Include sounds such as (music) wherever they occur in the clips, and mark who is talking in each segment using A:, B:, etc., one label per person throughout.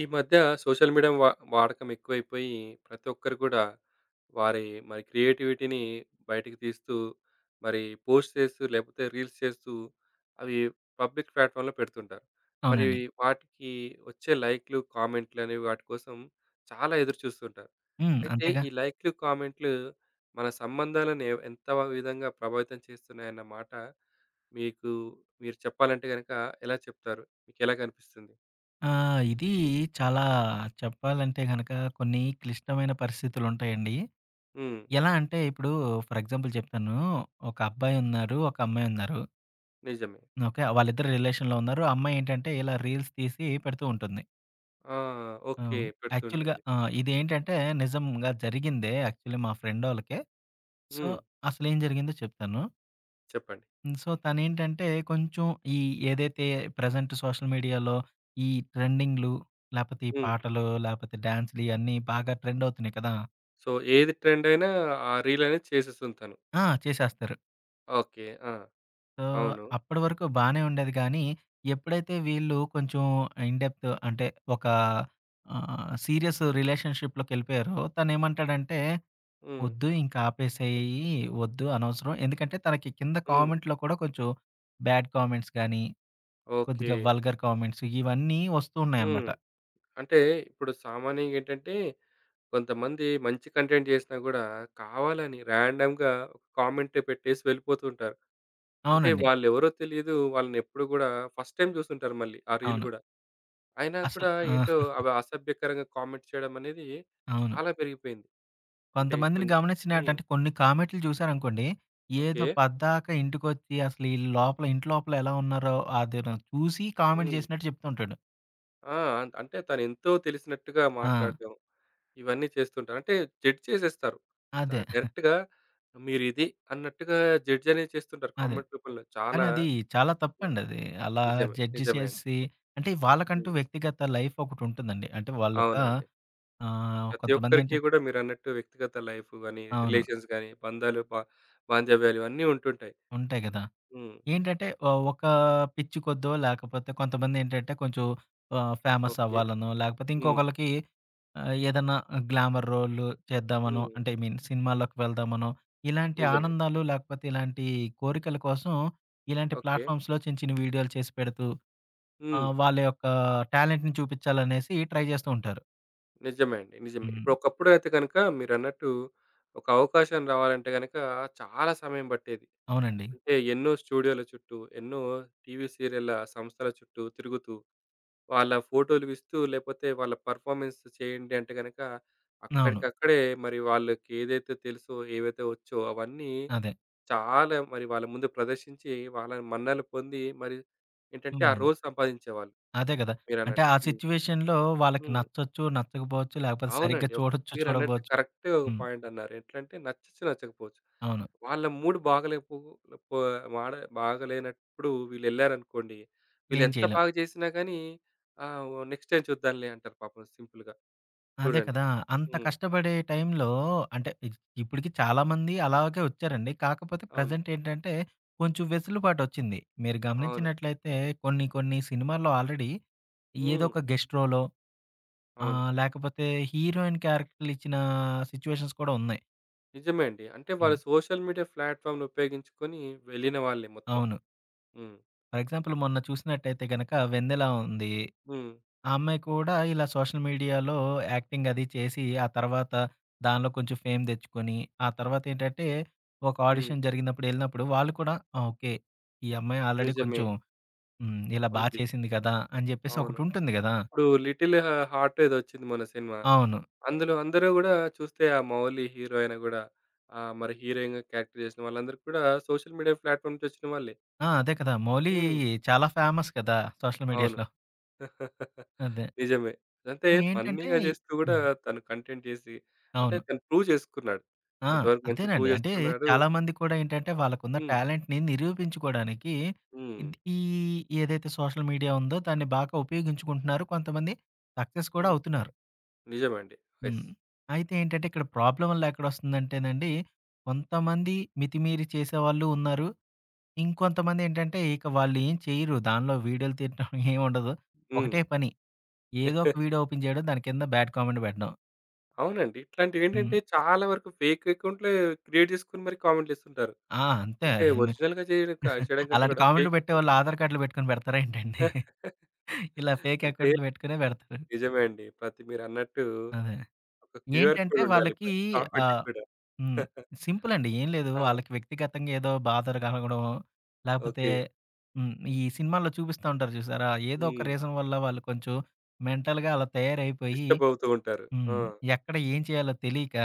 A: ఈ మధ్య social media వాడకం ఎక్కువైపోయి ప్రతి ఒక్కరు కూడా వారి మరి క్రియేటివిటీని బయటకు తీస్తూ మరి పోస్ట్ చేస్తూ లేకపోతే రీల్స్ చేస్తూ అవి పబ్లిక్ ప్లాట్ఫామ్లో పెడుతుంటారు. మరి
B: అవునండి.
A: వాటికి వచ్చే లైక్‌లు, కామెంట్‌లు అనేవి వాటి కోసం చాలా ఎదురు చూస్తుంటారు.
B: హ్మ్.
A: అయితే
B: అంతేగా.
A: ఈ లైక్‌లు, కామెంట్‌లు మన సంబంధాలను ఎంత విధంగా ప్రభావితం చేస్తున్నాయన్న మాట మీకు మీరు చెప్పాలంటే గనక ఎలా చెప్తారు? మీకెలా కనిపిస్తుంది?
B: ఇది చాలా చెప్పాలంటే గనక కొన్ని క్లిష్టమైన పరిస్థితులుంటాయండి.
A: హ్మ్.
B: ఎలా అంటే ఇప్పుడు ఫర్ ఎగ్జాంపుల్ చెప్తాను. ఒక అబ్బాయి ఉన్నారు. ఒక అమ్మాయి ఉన్నారు.
A: నిజమే.
B: ఓకే. వాళ్ళిద్దరు రిలేషన్‌లో ఉన్నారు. ఆ అమ్మాయి ఏంటంటే ఇలా రీల్స్ తీసి పెడుతూ ఉంటుంది.
A: ఆ!
B: ఆ!
A: ఓకే.
B: యాక్చువల్‌గా
A: పెడుతుంటుంది.
B: ఆ! ఇదేంటంటే నిజంగా జరిగిందే యాక్చువల్లీ మా ఫ్రెండోళ్ళకే. సో,
A: హ్మ్.
B: అసలేం జరిగిందో చెప్తాను.
A: చెప్పండి.
B: హ్మ్. సో, తనేంటంటే కొంచెం ఈ ఏదైతే ప్రెజెంట్ సోషల్ మీడియాలో ఈ ట్రెండింగ్‌లు, లేపోతే ఈ
A: హ్మ్.
B: పాటలు, లేపోతే డాన్స్‌లు ఇయన్నీ బాగా ట్రెండ్ అవుతున్నాయి కదా!
A: సో, ఏది ట్రెండ్ అయినా ఆ రీల్ అనేది చేసేస్తుంది తను.
B: ఆ! చేసేస్తారు.
A: ఓకే. ఆ!
B: సో,
A: అవును.
B: అప్పటి వరకు బానే ఉండేది గానీ, ఎప్పుడైతే వీళ్ళు కొంచెం ఇన్ డెప్త్ అంటే ఒక సీరియస్ రిలేషన్‌షిప్‌లోకెళ్ళిపోయారో తనేమంటాడంటే,
A: హ్మ్.
B: "ఒద్దు ఇంక ఆపేసేయి. ఒద్దు అనవసరం." ఎందుకంటే తనకి కింద
A: హ్మ్.
B: కామెంట్‌లో కూడా కొంచెం బ్యాడ్ కామెంట్స్ గాని
A: ఓకే.
B: కొద్దిగా వల్గర్ కామెంట్స్ ఇవన్నీ వస్తూ
A: హ్మ్.
B: ఉన్నాయన్నమాట.
A: అంటే ఇప్పుడు సామాన్యంగా ఏంటంటే కొంతమంది మంచి కంటెంట్ చేసినా గూడా కావాలని ర్యాండమ్‌గా ఒక కామెంట్ పెట్టేసి వెళ్ళిపోతుంటారు. అంటే
B: అవునండి.
A: వాళ్ళెవరో తెలీదు. వాళ్ళనెప్పుడు గూడా ఫస్ట్ టైమ్ చూసుంటారు మళ్ళీ ఆ రీల్
B: అవును.
A: గూడా. అయినా
B: అసలు
A: కూడా ఏంటో
B: ఆ!
A: అవి అసభ్యకరంగా కామెంట్ చేయడం అనేది
B: అవును.
A: చాలా పెరిగిపోయింది. అంటే
B: కొంతమందిని
A: కొన్ని
B: గమనించిన
A: హ్మ్.
B: ఏంటంటే కొన్ని కామెంట్లు చూసారనుకోండి,
A: ఓకే.
B: ఏదో పద్దాక ఇంటికొచ్చి అసలు ఈళ్ళు లోపల ఇంటి లోపల ఎలా ఉన్నారో అది చూసి కామెంట్
A: హ్మ్.
B: చేసినట్టు చెప్తుంటాడు.
A: ఆ! అంటే తనెంతో తెలిసినట్టుగా
B: ఆ!
A: మాట్లాడడం, ఇవన్నీ చేస్తుంటారు. అంటే జడ్జ్ చేసేస్తారు.
B: అదే.
A: డైరెక్ట్‌గా మీరిది అన్నట్టుగా జడ్జ్ అనేది చేస్తుంటారు
B: అదే.
A: కామెంట్ రూపంలో.
B: కానీ
A: చాలా
B: అది చాలా
A: ఆ!
B: తప్పండి అది. అలా
A: నిజమే.
B: జడ్జ్
A: నిజమే అండి.
B: చేసి అంటే వాళ్ళకంటూ
A: హ్మ్.
B: వ్యక్తిగత లైఫ్ ఒకటుంటుందండి. అంటే వాళ్ళొక
A: అవునండి. ప్రతి ఒక్కరికి
B: కొంతమందేంటంటే
A: గూడా మీరన్నట్టు వ్యక్తిగత లైఫ్ గాని,
B: అవును.
A: రిలేషన్స్ గాని, బంధాలు, బాంధవ్యాలు ఇవన్నీ ఉంటుంటాయి.
B: ఉంటాయి గదా!
A: హ్మ్.
B: ఏంటంటే ఒక పిచ్చి కొద్దో లేకపోతే కొంతమందేంటంటే కొంచెం ఫేమస్
A: ఓకే.
B: అవ్వాలనో, లేకపోతే
A: హ్మ్.
B: ఇంకొకళ్ళకి ఏదన్నా గ్లామర్ రోల్లు చేద్దామనో,
A: హ్మ్.
B: అంటే ఐ మీన్ సినిమాల్లోకి వెళ్దామనో, ఇలాంటి
A: నిజమే.
B: ఆనందాలు లేకపోతే ఇలాంటి కోరికల కోసం ఇలాంటి
A: ఓకే.
B: ప్లాట్‌ఫామ్స్‌లో చిన్న చిన్న వీడియోలు చేసి పెడుతూ
A: హ్మ్.
B: వాళ్ళ యొక్క టాలెంట్‌ని చూపిచ్చాలనేసి ట్రై జేస్తూ ఉంటారు.
A: నిజమే అండి. నిజమే.
B: హ్మ్.
A: ఇప్పుడు ఒకప్పుడు అయితే గనక మీరన్నట్టు ఒక అవకాశం రావాలంటే గనక చాలా సమయం పట్టేది.
B: అవునండి.
A: అంటే ఎన్నో స్టూడియోల చుట్టూ, ఎన్నో టీవీ సీరియల్ల సంస్థల చుట్టూ తిరుగుతూ, వాళ్ళ ఫోటోలు ఇస్తూ లేకపోతే వాళ్ళ పెర్ఫార్మన్స్ చేయండి అంటే గనక
B: అవును.
A: అక్కడికక్కడే మరి వాళ్ళకి ఏదైతే తెలుసో, ఏవైతే వచ్చో అవన్నీ
B: అదే.
A: చాలా మరి వాళ్ళ ముందు ప్రదర్శించి వాళ్ళని మన్ననలు పొంది మరి ఏంటంటే ఆ
B: హ్మ్.
A: రోజు సంపాదించేవాళ్ళు
B: అదే గదా! అంటే
A: మీరన్నట్టు.
B: ఆ సిట్యుయేషన్‌లో వాళ్ళకి
A: హ్మ్.
B: నచ్చొచ్చు, నచ్చకపోవచ్చు, లేకపోతే సరిగ్గా
A: అవునండి. ఓకే.
B: చూడొచ్చు,
A: మీరన్నట్టు
B: చూడకపోవచ్చు.
A: కరెక్టే ఒక
B: హ్మ్.
A: పాయింట్ అన్నారు. ఎట్లంటే నచ్చచ్చు, నచ్చకపోవచ్చు.
B: అవును.
A: వాళ్ళ మూడ్ బాగలేపు పో మాడ బాగలేనప్పుడు వీళ్ళెళ్లారనుకోండి,
B: ఏం
A: వీళ్ళెంత
B: చేయలేం.
A: బాగా చేసినా గానీ ఓ నెక్స్ట్ టైమ్ చూద్దాంలే అంటారు పాపం సింపుల్‌గా.
B: అదే
A: చూడండి.
B: కదా! అంత
A: హ్మ్.
B: కష్టపడే టైంలో అంటే ఇప్పటికి చాలామంది అలాగే వచ్చారండి. కాకపోతే
A: అవును.
B: ప్రెజెంట్ ఏంటంటే కొంచెం వెసులుబాటొచ్చింది. మీరు
A: అవును.
B: గమనించినట్లయితే కొన్ని కొన్ని సినిమాల్లో ఆల్రెడీ ఏదో
A: హ్మ్.
B: ఒక గెస్ట్ రోలో
A: అవును.
B: లేకపోతే హీరోయిన్ క్యారెక్టర్‌లు ఇచ్చిన సిట్యుయేషన్స్ కూడా ఉన్నాయి.
A: నిజమే అండి. అంటే వాళ్ళు
B: హ్మ్.
A: సోషల్ మీడియా ప్లాట్‌ఫామ్‌ని ఉపయోగించుకొని వెళ్ళిన వాళ్ళే మొత్తం.
B: అవును.
A: హ్మ్.
B: ఫర్ ఎగ్జాంపుల్ మొన్న చూసినట్టయితే గనక 'వెన్నెల' ఉంది.
A: హ్మ్.
B: ఆ అమ్మాయి కూడా ఇలా సోషల్ మీడియాలో యాక్టింగ్ అది చేసి, ఆ తర్వాత దానిలో కొంచెం ఫేమ్ తెచ్చుకొని, ఆ తర్వాతేంటంటే ఒక
A: హ్మ్.
B: ఆడిషన్ జరిగినప్పుడు ఎళ్ళినప్పుడు వాళ్ళు కూడా ఆ! ఓకే. ఈ అమ్మాయి ఆల్రెడీ
A: నిజమే.
B: కొంచెం హ్మ్. ఇలా బా
A: ఉంది.
B: చేసింది కదా! అని చెప్పేసి
A: అవును.
B: ఒకటుంటుంది గదా!
A: ఇప్పుడు 'లిటిల్ హార్ట్' ఏదో వచ్చింది మొన్న సినిమా.
B: అవును.
A: అందులో అందరూ గూడా చూస్తే ఆ 'మౌలి' హీరో అయినా గూడా మరి హీరోయిన్‌గా క్యారెక్టర్ చేసిన వాళ్ళందరూ కూడా సోషల్ మీడియా ప్లాట్‌ఫార్మ్ నుంచి వచ్చిన వాళ్ళే.
B: ఆ! అదే కదా! మౌలి
A: హ్మ్.
B: చాలా ఫేమస్ కదా! సోషల్
A: అవును.
B: మీడియాలో.
A: (laughs)
B: అదే.
A: నిజమే. అంటే
B: సో, ఏంటంటే
A: ఫన్నీగా చేస్తూ గూడా
B: హ్మ్.
A: తను కంటెంట్ చేసి అంటే
B: అవును.
A: తను ప్రూవ్ చేసుకున్నాడు.
B: ఆ!
A: కొంతవరకు మంచి ప్రూవ్
B: అదేనండి. అంటే
A: చేసుకున్నాడు.
B: చాలామంది కూడా ఏంటంటే వాళ్ళకున్న
A: హ్మ్.
B: టాలెంట్‌ని నిరూపించుకోవడానికి
A: హ్మ్.
B: ఇద్ ఈ ఏదైతే సోషల్ మీడియా ఉందో దాన్ని బాగా ఉపయోగించుకుంటున్నారు. కొంతమంది సక్సెస్ కూడా
A: హ్మ్.
B: అవుతున్నారు.
A: నిజమే అండి. యెస్.
B: హ్మ్. అయితే ఏంటంటే ఇక్కడ ప్రాబ్లమ్ వల్ల ఎక్కడొస్తుందంటేనండి కొంతమంది మితిమీరి చేసేవాళ్ళు ఉన్నారు. ఇంకొంతమంది ఏంటంటే ఇక వాళ్ళు ఏం చేయరు. దానిలో వీడియోలు తీయటం (laughs) ఏమి ఉండదు.
A: హ్మ్.
B: ఒకటే పని ఏదో ఒక
A: (laughs)
B: వీడియో ఓపెన్ చేయడం దాని కింద బ్యాడ్ కామెంట్ పెట్టడం.
A: అవునండి. ఇట్లాంటివేంటంటే
B: హ్మ్.
A: చాలా వరకు ఫేక్ అకౌంట్‌లే క్రియేట్ చేసుకొని మరి కామెంట్‌లేస్తుంటారు.
B: ఆ! అంతే.
A: అంటే ఒరిజినల్‌గా చేయడం చేయడం కంటే
B: అలాంటి
A: కూడా
B: కామెంట్లు
A: ఫేక్ అకౌంట్
B: పెట్టేవాళ్ళు ఆధార్ కార్డ్‌లు పెట్టుకొని పెడతారా ఏంటండి?
A: (laughs)
B: ఇలా ఫేక్
A: అంటే
B: అకౌంట్లు పెట్టుకునే పెడతారు.
A: నిజమే అండి. ప్రతి మీరన్నట్టు
B: అదే.
A: ఒక క్యూఆర్
B: ఏంటంటే
A: కోడ్ ఉండాలి
B: వాళ్ళకి
A: ప్రతి కామెంట్‌కి
B: ఆహ్,
A: కూడా.
B: హ్మ్.
A: (laughs)
B: సింపుల్ అండి. ఏం లేదు.
A: ఆ!
B: వాళ్ళకి వ్యక్తిగతంగా ఏదో బాధలు కలగడం, లేకపోతే
A: ఓకే.
B: హ్మ్. ఈ సినిమాల్లో చూపిస్తా ఉంటారు చూసారా? ఏదో ఒక
A: హ్మ్.
B: రీజన్ వల్ల వాళ్ళు కొంచెం మెంటల్‌గా అలా తయారైపోయి
A: డిస్టర్బ్ అవుతూ ఉంటారు. ఆ!
B: హ్మ్. ఎక్కడ ఏం చేయాలో తెలియక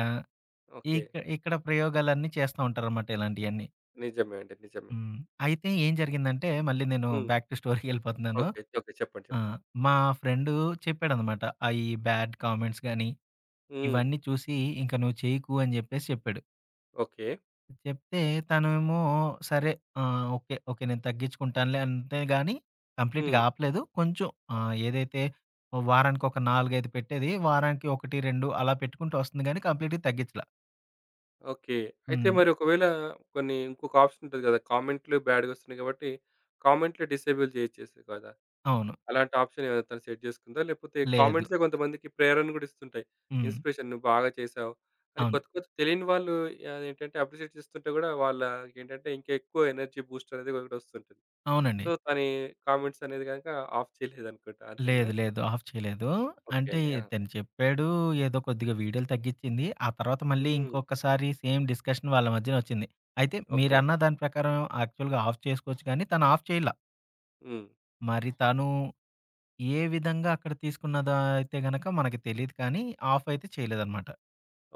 A: ఓకే.
B: ఇక్కడ ప్రయోగాలన్నీ చేస్తా ఉంటారనమాట ఇలాంటియన్నీ.
A: నిజమే అండి. నిజమే.
B: హ్మ్. అయితే ఏం జరిగిందంటే మళ్ళీ నేను
A: హ్మ్.
B: బ్యాక్ టు స్టోరీకెళ్ళిపోతున్నాను.
A: ఓకే. ఓకే. చెప్పండి.
B: ఆ!
A: చెప్పండి.
B: మా ఫ్రెండు చెప్పాడనమాట. ఆ! ఈ బ్యాడ్ కామెంట్స్ గాని,
A: హ్మ్.
B: ఇవన్నీ చూసి ఇంక నువ్వు చేయకు అని జెప్పేసి చెప్పాడు.
A: ఓకే.
B: చెప్తే తనేమో సరే ఓకే. ఓకే. నేను తగ్గించుకుంటానులే అంతేగాని కంప్లీట్‌గా
A: హ్మ్.
B: ఆపలేదు. కొంచెం ఏదైతే వారానికి ఒక 4, 5 పెట్టేది వారానికి 1, 2 అలా పెట్టుకుంటూ వస్తుంది గానీ కంప్లీట్‌గా తగ్గించలా.
A: ఓకే. అయితే
B: హ్మ్.
A: మరి ఒకవేళ కొన్ని ఇంకొక ఆప్షన్ ఉంటది కదా! కామెంట్‌లు బ్యాడ్‌గొస్తున్నాయి కాబట్టి కామెంట్‌లు డిసేబుల్ చేయొచ్చేసి కదా!
B: అవును.
A: అలాంటి ఆప్షన్ ఏమైనా తను సెట్ చేసుకుందా? లేపోతే
B: లేదు.
A: కామెంట్సే కొంతమందికి ప్రేరణ గూడా ఇస్తుంటాయి.
B: హ్మ్.
A: ఇన్‌స్పిరేషన్ నువ్వు బాగా చేశావు అని
B: అవును.
A: కొత్త కొత్త తెలియని వాళ్ళు అదేంటంటే అప్రిషియేట్ చేస్తుంటే గూడా వాళ్ళకేంటంటే ఇంకా ఎక్కువ ఎనర్జీ బూస్ట్ అనేది ఒకటి వస్తుంటుంది.
B: అవునండి.
A: సో, తని కామెంట్స్ అనేది గనుక ఆఫ్ చేయలేదనుకుంటా. అంతేనా?
B: లేదు. లేదు. ఆఫ్ చేయలేదు.
A: ఓకే
B: అంటే
A: అండి. ఆ!
B: తను చెప్పాడు. ఏదో కొద్దిగా వీడియోలు తగ్గిచ్చింది. ఆ తర్వాత మళ్ళీ
A: హ్మ్.
B: ఇంకొకసారి సేమ్ డిస్కషన్ వాళ్ళ మధ్యన వచ్చింది. అయితే
A: ఓకే.
B: మీరన్న దాని ప్రకారం యాక్చువల్‌గా ఆఫ్ చేసుకోవచ్చు కానీ తను ఆఫ్ చేయలా.
A: హ్మ్.
B: మరి తను ఏ విధంగా అక్కడ తీసుకున్నదా అయితే గనక మనకు తెలీదు కానీ ఆఫ్ అయితే చేయలేదనమాట.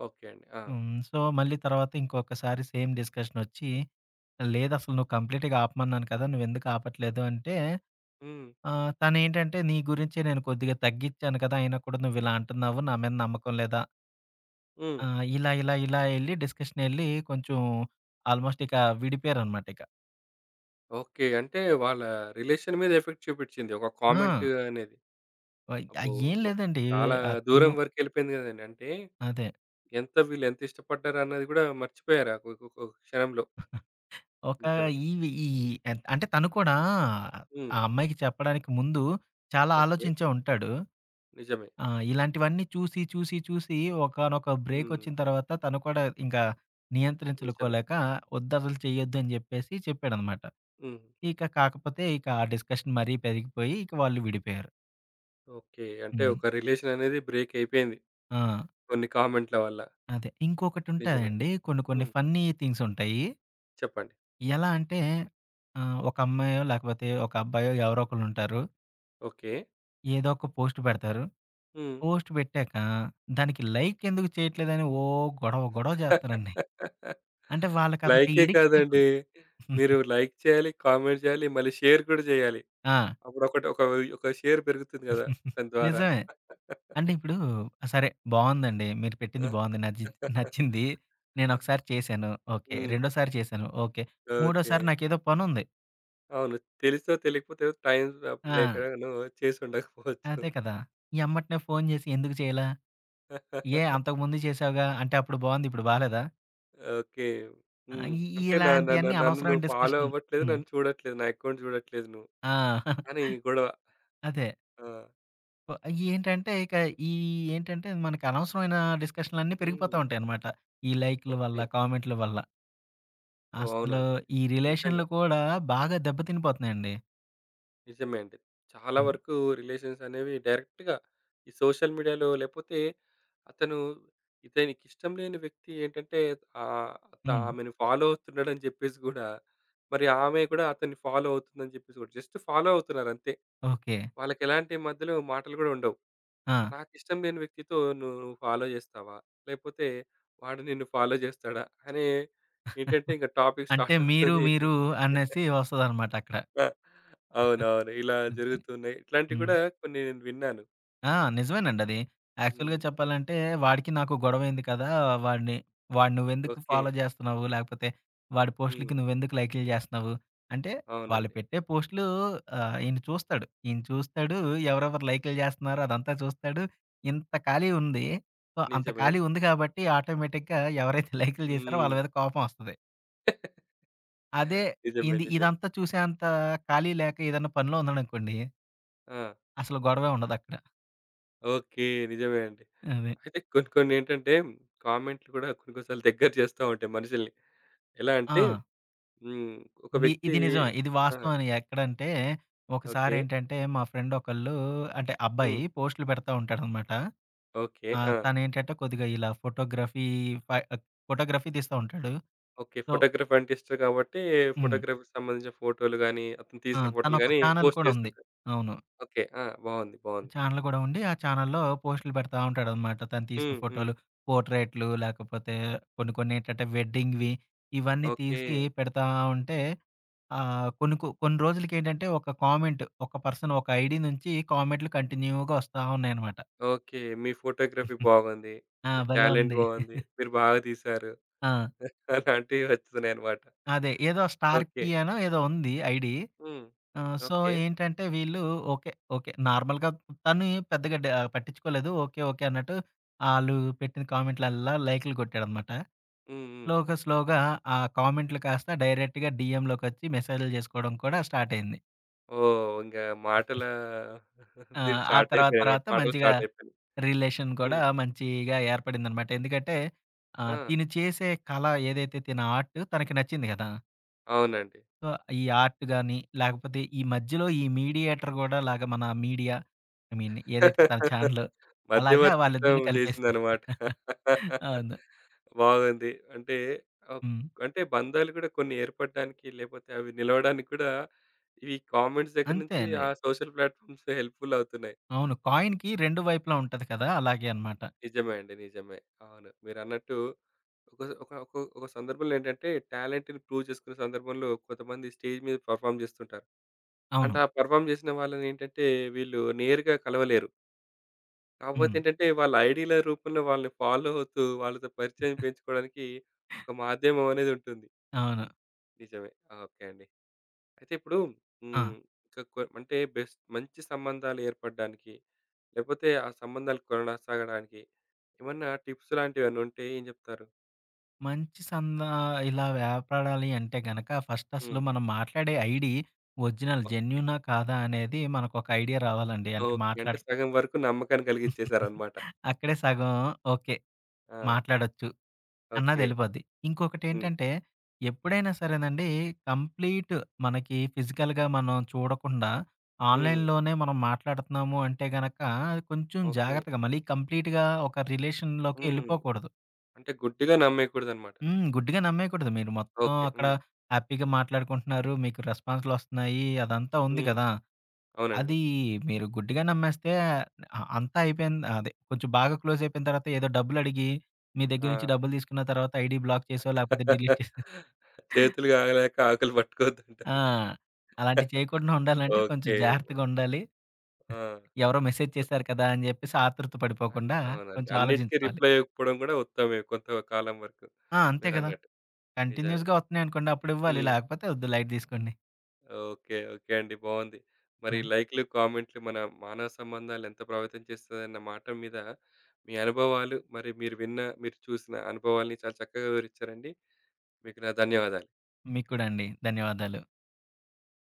A: ఓకే అండి. ఆ!
B: హ్మ్. సో, మళ్ళీ తర్వాత ఇంకొకసారి సేమ్ డిస్కషన్ వచ్చి లేదసలు నువ్వు కంప్లీట్‌గా ఆపమన్నాను కదా! నువ్వెందుకు ఆపట్లేదు అంటే
A: హ్మ్.
B: ఆ! తనేంటంటే, నీ గురించి నేను కొద్దిగా తగ్గిచ్చాను కదా! అయినా కూడా నువ్విలా అంటున్నావు. నా మీద నమ్మకం లేదా?
A: హ్మ్.
B: ఇలా, ఇలా, ఇలా ఎళ్లి డిస్కషనెళ్లి కొంచెం ఆల్‌మోస్ట్ ఇక విడిపోయారనమాట ఇక.
A: ఓకే. అంటే వాళ్ళ రిలేషన్ మీద ఎఫెక్ట్ చూపిచ్చింది. ఒక
B: ఆ!
A: కామెంట్ అనేది. అబ్బో!
B: ఏం
A: అబ్బో!
B: లేదండి.
A: చాలా
B: ఆ
A: దూరం
B: తిను
A: వరకెళ్ళిపోయింది గదండీ. అంటే
B: అదే.
A: ఎంత వీళ్ళు ఎంత ఇష్టపడ్డారన్నది గూడా మర్చిపోయారు ఆ ఒక ఒక క్షణంలో.
B: ఒక
A: నిజమే.
B: ఈవి ఈ ఎన్ అంటే తను కూడా
A: హ్మ్.
B: ఆ అమ్మాయికి చెప్పడానికి ముందు చాలా
A: ఓకే.
B: ఆలోచించే ఉంటాడు.
A: నిజమే.
B: ఆ! ఇలాంటివన్నీ చూసి, చూసి, చూసి ఒకానొక
A: హ్మ్.
B: బ్రేకొచ్చిన తర్వాత తను కూడా ఇంకా
A: నిజమే.
B: నియంత్రించుకోలేక వద్దసలు చెయ్యొద్దని జెప్పేసి చెప్పాడనమాట.
A: హ్మ్.
B: ఇక కాకపోతే ఇక ఆ డిస్కషన్ మరీ పెరిగిపోయి ఇక వాళ్ళు విడిపోయారు.
A: ఓకే. అంటే
B: హ్మ్.
A: ఒక రిలేషన్ అనేది బ్రేక్ అయిపోయింది.
B: ఆ!
A: కొన్ని కామెంట్‌ల వల్ల.
B: అదే.
A: నిజమే.
B: ఇంకొకటుంటదండి. కొన్ని కొన్ని
A: హ్మ్.
B: ఫన్నీ థింగ్స్ ఉంటాయి.
A: చెప్పండి.
B: ఎలా అంటే ఒక అమ్మాయో లేకపోతే ఒక అబ్బాయో ఎవరో ఒకళ్ళుంటారు.
A: ఓకే.
B: ఏదో ఒక పోస్ట్ పెడతారు.
A: హ్మ్.
B: పోస్ట్ పెట్టాక దానికి లైక్ ఎందుకు చేయట్లేదని ఓ గొడవ గొడవ చేస్తారండి.
A: (laughs)
B: అంటే వాళ్ళకదొక
A: లైకే
B: ఎడిక్షన్
A: కాదండి.
B: అయిపోద్ది.
A: మీరు లైక్ చేయాలి, కామెంట్ చేయాలి, మళ్ళీ షేర్ కూడా చేయాలి.
B: ఆ!
A: అప్పుడు ఒక ఒక షేర్ పెరుగుతుంది గదా! దాని ద్వారా.
B: నిజమే. అంటే ఇప్పుడు సరే బావుందండి. మీరు పెట్టింది బావుంది. నచ్చి
A: (laughs)
B: నచ్చింది. నేనొకసారి చేశాను. ఓకే.
A: హ్మ్.
B: రెండోసారి చేశాను. ఓకే.
A: ఓకే.
B: మూడోసారి నాకేదో పనుంది.
A: అవును. తెలిసో తెలియకపోతే టైమ్
B: ఆ!
A: లేకనో చేసి
B: ఆ!
A: ఉండకపోవచ్చు.
B: అదే కదా! ఎంబటనే ఫోను జేసి ఎందుకు చేయలా? ఏ అంతకుముందు చేసావుగా? అంటే అప్పుడు బావుంది. ఇప్పుడు బాలేదా?
A: ఓకే.
B: ఆహ్,
A: హ్మ్.
B: ఇ
A: అంటే న న న
B: ఇలాంటియన్నీ
A: నన్ను
B: అనవసరమైన
A: నువ్వు ఫాలో
B: డిస్కషన్ (laughs)
A: అవ్వట్లేదు.
B: హ్మ్.
A: నన్ను చూడట్లేదు. నా అకౌంట్ చూడట్లేదు నువ్వు
B: ఆ!
A: అని గొడవ.
B: అదే.
A: ఆ!
B: ఒ ఏంటంటే ఇక ఈ ఏంటంటే మనకి అనవసరమైన డిస్కషన్‌లన్నీ పెరిగిపోతా
A: హ్మ్.
B: ఉంటాయన్నమాట. ఈ లైకుల వల్ల,
A: ఓకే.
B: కామెంట్‌ల వల్ల.
A: ఓహ్!
B: అసలు
A: అవునండి.
B: ఈ
A: నిజంగా.
B: రిలేషన్‌లు కూడా బాగా దెబ్బ తినిపోతున్నాయండి.
A: నిజమే అండి. చాలా
B: హ్మ్.
A: వరకు రిలేషన్స్ అనేవి డైరెక్ట్‌గా ఈ సోషల్ మీడియాలో లేపోతే అతను ఇతనికిష్టం లేని వ్యక్తి ఏంటంటే ఆహ్, త
B: హ్మ్.
A: ఆమెను ఫాలో అవుతున్నాడని జెప్పేసి గూడా మరి ఆమె కూడా అతన్ని ఫాలో అవుతుందని జెప్పేసి గూడా జస్ట్ ఫాలో అవుతున్నారంతే.
B: ఓకే.
A: వాళ్ళకెలాంటి మధ్యలో మాటలు గూడా ఉండవు.
B: ఆ!
A: నాకిష్టం లేని వ్యక్తితో నువ్వు ఫాలో జేస్తావా? లేపోతే వాడు నిన్ను ఫాలో జేస్తాడా? అనే ఏంటంటే ఇంక టాపిక్
B: అంటే
A: స్టార్ట్
B: మీరు,
A: అవుతుంది.
B: మీరు అనేసి వస్తదనమాట అక్కడ.
A: ఆ! అవునవును. ఇలా
B: ఓకే.
A: జరుగుతున్నాయి. ఇట్లాంటివి
B: హ్మ్.
A: కూడా కొన్ని నేను విన్నాను.
B: ఆ! నిజమేనండి అది. యాక్చువల్‌గా
A: హ్మ్.
B: చెప్పాలంటే వాడికి నాకు గొడవైంది కదా! వాడిని వాడు నువ్వెందుకు
A: ఓకే.
B: ఫాలో చేస్తున్నావు? లేకపోతే వాడి
A: హ్మ్.
B: పోస్ట్‌లకి నువ్వెందుకు లైకులు చేస్తున్నావు? అంటే వాళ్ళు
A: అవునండి.
B: పెట్టే పోస్ట్‌లు ఈయన చూస్తాడు. ఈయన చూస్తాడు. ఎవరెవరు లైకులు చేస్తున్నారో అదంతా చూస్తాడు. ఇంత ఖాళీ ఉంది. సో, అంత
A: నిజమే.
B: ఖాళీ ఉంది కాబట్టి ఆటోమేటిక్‌గా ఎవరైతే లైకులు చేశారో
A: హ్మ్.
B: వాళ్ళ మీద కోపం వస్తది. అదే
A: నిజమే. నిజమే.
B: ఇదంతా చూసేంత ఖాళీ లేక ఏదైనా పనిలో ఉన్నాడనుకోండి.
A: ఆ!
B: అసలు గొడవే ఉండదక్కడ.
A: ఓకే. నిజమే అండి.
B: అదే.
A: అయితే కొన్ని కొన్ని ఏంటంటే కామెంట్‌లు కూడా కొన్ని కొన్ని సార్లు దగ్గర చేస్తా ఉంటాయి మనుషుల్ని. ఎలా
B: ఆ!
A: అంటే హ్మ్. ఒక వ్యక్తి
B: ఇది నిజమే. ఇది
A: ఆ!
B: వాస్తవం. అని ఎక్కడంటే,
A: ఓకే.
B: ఒకసారేంటంటే మా ఫ్రెండ్ ఒకళ్ళు అంటే
A: హ్మ్.
B: అబ్బాయి పోస్టులు పెడతా ఉంటాడనమాట.
A: ఓకే. ఆ!
B: తనేంటంటే కొద్దిగా ఇలా ఫై ఫోటోగ్రఫీ తీస్తా ఉంటాడు.
A: ఓకే.
B: సో
A: ఫోటోగ్రఫీ అంటే ఇష్టం కాబట్టి
B: హ్మ్.
A: ఫోటోగ్రఫీకి సంబంధించిన ఫోటోలు గాని, అతను
B: ఆ!
A: తీసిన ఫోటోలు
B: తనొక
A: గాని
B: ఛానెల్
A: పోస్ట్
B: కూడా ఉంది.
A: చేస్తుంటారు.
B: అవును.
A: ఓకే. ఆ! బాగుంది. బాగుంది.
B: ఛానెల్ గూడా ఉండి, ఆ ఛానెల్‌లో పోస్టులు పెడతా ఉంటాడనమాట. తను తీసిన
A: హ్మ్. హ్మ్.
B: ఫోటోలు, పోర్ట్రేట్లు లేకపోతే కొన్ని కొన్నేంటంటే వెడ్డింగ్‌వి ఇవన్నీ
A: ఓకే.
B: తీసి పెడతా ఉంటే కొన్ని కొన్ని రోజులకేంటంటే ఒక కామెంట్ ఒక పర్సన్ ఒక ఐడీ నుంచి కామెంట్‌లు కంటిన్యూ‌గా వస్తా ఉన్నాయనమాట.
A: ఓకే. మీ ఫోటోగ్రఫీ బాగుంది.
B: ఆ!
A: మీ
B: భలే
A: టాలెంట్
B: ఉంది.
A: బాగుంది. మీరు బాగా తీశారు.
B: ఆ!
A: (laughs) అలాంటివి వస్తున్నాయన్నమాట.
B: అదే ఏదో స్టార్
A: ఓకే.
B: కీ అనో ఏదో ఉంది ఐడీ.
A: హ్మ్.
B: So,
A: okay.
B: ఏంటంటే వీళ్ళు ఓకే. ఓకే. నార్మల్‌గా తను పెద్దగా పట్టించుకోలేదు. ఓకే. ఓకే. అన్నట్టు ఆళ్ళు పెట్టిన కామెంట్‌లల్లా లైకులు కొట్టాడనమాట.
A: హ్మ్. హ్మ్.
B: స్లోగా, స్లోగా ఆ కామెంట్లు కాస్త డైరెక్ట్‌గా డీఎంలోకొచ్చి మెసేజ్‌లు జేసుకోవడం కూడా స్టార్ట్ అయింది.
A: ఓహ్! ఇంగా మాటల (laughs)
B: ఆ!
A: దీని
B: ఆ
A: స్టార్ట్
B: తర్వాత,
A: అయిపోయాయన్నమాట.
B: తర్వాత
A: మాటలు
B: మంచిగా
A: స్టార్ట్ అయిపోయినాయి.
B: రిలేషన్ కూడా
A: హ్మ్.
B: మంచిగా ఏర్పడిందనమాట. ఎందుకంటే
A: ఆ!
B: తిను చేసే కళ ఏదైతే తిన ఆర్ట్ తనకి నచ్చింది గదా!
A: అవునండి.
B: సో, ఈ ఆర్ట్ గాని, లేకపోతే ఈ మధ్యలో ఈ మీడియేటర్ గూడా లాగా మన మీడియా ఐ మీన్ ఏదైతే తన
A: (laughs)
B: ఛానెల్ అలాగా
A: మధ్యవర్తిత్వం
B: వాళ్ళిద్దరిని కలిపేసింది.
A: జేసిందనమాట. (laughs)
B: అవును.
A: బాగుంది. అంటే ఆహ్,
B: హ్మ్.
A: అంటే బంధాలు గూడా కొన్ని ఏర్పడడానికి లేపోతే అవి నిలవడానికి కూడా ఈ కామెంట్స్ దగ్గర
B: అంతే
A: నుంచి ఆ
B: అండి.
A: సోషల్ ప్లాట్‌ఫార్మ్స్ హెల్ప్‌ఫుల్ అవుతున్నాయి.
B: అవును. కాయిన్‌కి 2 వైపులా ఉంటది కదా! అలాగే అనమాట.
A: నిజమే అండి. నిజమే. అవును. మీరన్నట్టు ఒక ఒక ఒక ఒక సందర్భంలో ఏంటంటే టాలెంట్‌ని ప్రూవ్ చేసుకునే సందర్భంలో కొంతమంది స్టేజ్ మీద పెర్ఫార్మ్ జేస్తుంటారు.
B: అవును.
A: అట్లా పెర్ఫార్మ్ జేసిన వాళ్ళని ఏంటంటే వీళ్ళు నేరుగా కలవలేరు. కాకపోతే
B: హ్మ్.
A: ఏంటంటే వాళ్ళ ఐడీల రూపంలో వాళ్ళని ఫాలో అవుతూ వాళ్ళతో పరిచయం పెంచుకోవడానికి ఒక మాధ్యమం అనేది ఉంటుంది.
B: అవును.
A: నిజమే. ఆ! ఓకే అండి. అయితే ఇప్పుడు
B: ఆ!
A: హ్మ్. ఇంకా అంటే బెస్ట్ మంచి సంబంధాలు ఏర్పడడానికి, లేకపోతే ఆ సంబంధాలు కొనసాగడానికి ఏమన్నా టిప్స్ లాంటివేమన్నా ఉంటే ఏం చెప్తారు?
B: మంచి సందా ఇలా ఏర్పడాలి అంటే గనక ఫస్ట్ అసలు
A: హ్మ్.
B: మనం మాట్లాడే ఐడీ ఒరిజినల్
A: ఓకే.
B: జెన్యూనా? కాదా? అనేది మనకొక ఐడియా రావాలండి. అంటే
A: ఓకే. అంటే సగం వరకు నమ్మకాన్ని కలిగించేసారన్నమాట.
B: అక్కడే సగం ఓకే.
A: ఆ!
B: మాట్లాడొచ్చు
A: ఓకే.
B: అన్నదెళ్ళిపోద్ది.
A: హ్మ్.
B: ఇంకొకటేంటంటే ఎప్పుడైనా సరేనండి కంప్లీట్ మనకి ఫిజికల్‌గా మనం చూడకుండా
A: హ్మ్.
B: ఆన్‌లైన్‌లోనే మనం మాట్లాడుతున్నాము అంటే గనక కొంచెం
A: ఓకే.
B: జాగ్రత్తగా మళ్ళీ కంప్లీట్‌గా ఒక రిలేషన్‌లోకి
A: హ్మ్.
B: ఎళ్ళిపోకూడదు.
A: అంటే గుడ్డిగా నమ్మేయకూడదన్నమాట.
B: హ్మ్. గుడ్డిగా నమ్మేయకూడదు. మీరు మొత్తం
A: ఓకే.
B: అక్కడ
A: హ్మ్.
B: హ్యాపీగా మాట్లాడుకుంటున్నారు. మీకు రెస్పాన్స్‌లొస్తున్నాయి. అదంతా ఉంది
A: హ్మ్.
B: కదా!
A: అవునండి.
B: అది మీరు గుడ్డిగా నమ్మేస్తే అంతా అయిపోయింది అదే కొంచెం బాగా క్లోజ్ అయిపోయిన తర్వాత ఏదో డబ్బులడిగి మీ దగ్గర
A: ఆ!
B: నుంచి డబ్బులు తీసుకున్న తర్వాత ఐడీ బ్లాక్ చేసో లేకపోతే డిలీట్ చేసో
A: చేతులు కాగలేక ఆకులు
B: ఆ!
A: పట్టుకోవద్దంటారు.
B: అలాంటివి చేయకుండా ఉండాలంటే కొంచెం
A: ఓకే.
B: జాగ్రత్తగా ఉండాలి.
A: ఆ!
B: ఎవరో మెసేజ్ చేశారు కదా! అని జెప్పేసి ఆతృత పడిపోకుండా
A: అవునండి.
B: కొంచెం
A: అన్నిటికి
B: ఆలోచించుకోవాలి.
A: రిప్లై ఇవ్వకపోవడం కూడా ఉత్తమే కొంతకాలం వరకు
B: ఆ! అంతే కదా!
A: మీరన్నట్టు. నిజమే.
B: కంటిన్యూస్‌గా వస్తున్నాయనుకోండి అప్పుడివ్వాలి.
A: హ్మ్.
B: లేకపోతే వద్దు లైట్ తీసుకోండి.
A: ఓకే. ఓకే అండి. బావుంది. మరి
B: ఆ!
A: లైక్‌లు, కామెంట్‌లు మన మానవ సంబంధాలను ఎంత ప్రభావితం చేస్తదన్న మాట మీద మీ అనుభవాలు, మరి మీరు విన్న, మీరు చూసిన అనుభవాల్ని చాలా చక్కగా వివరించారండి. మీకు నా ధన్యవాదాలు.
B: మీకు కూడా అండి. ధన్యవాదాలు.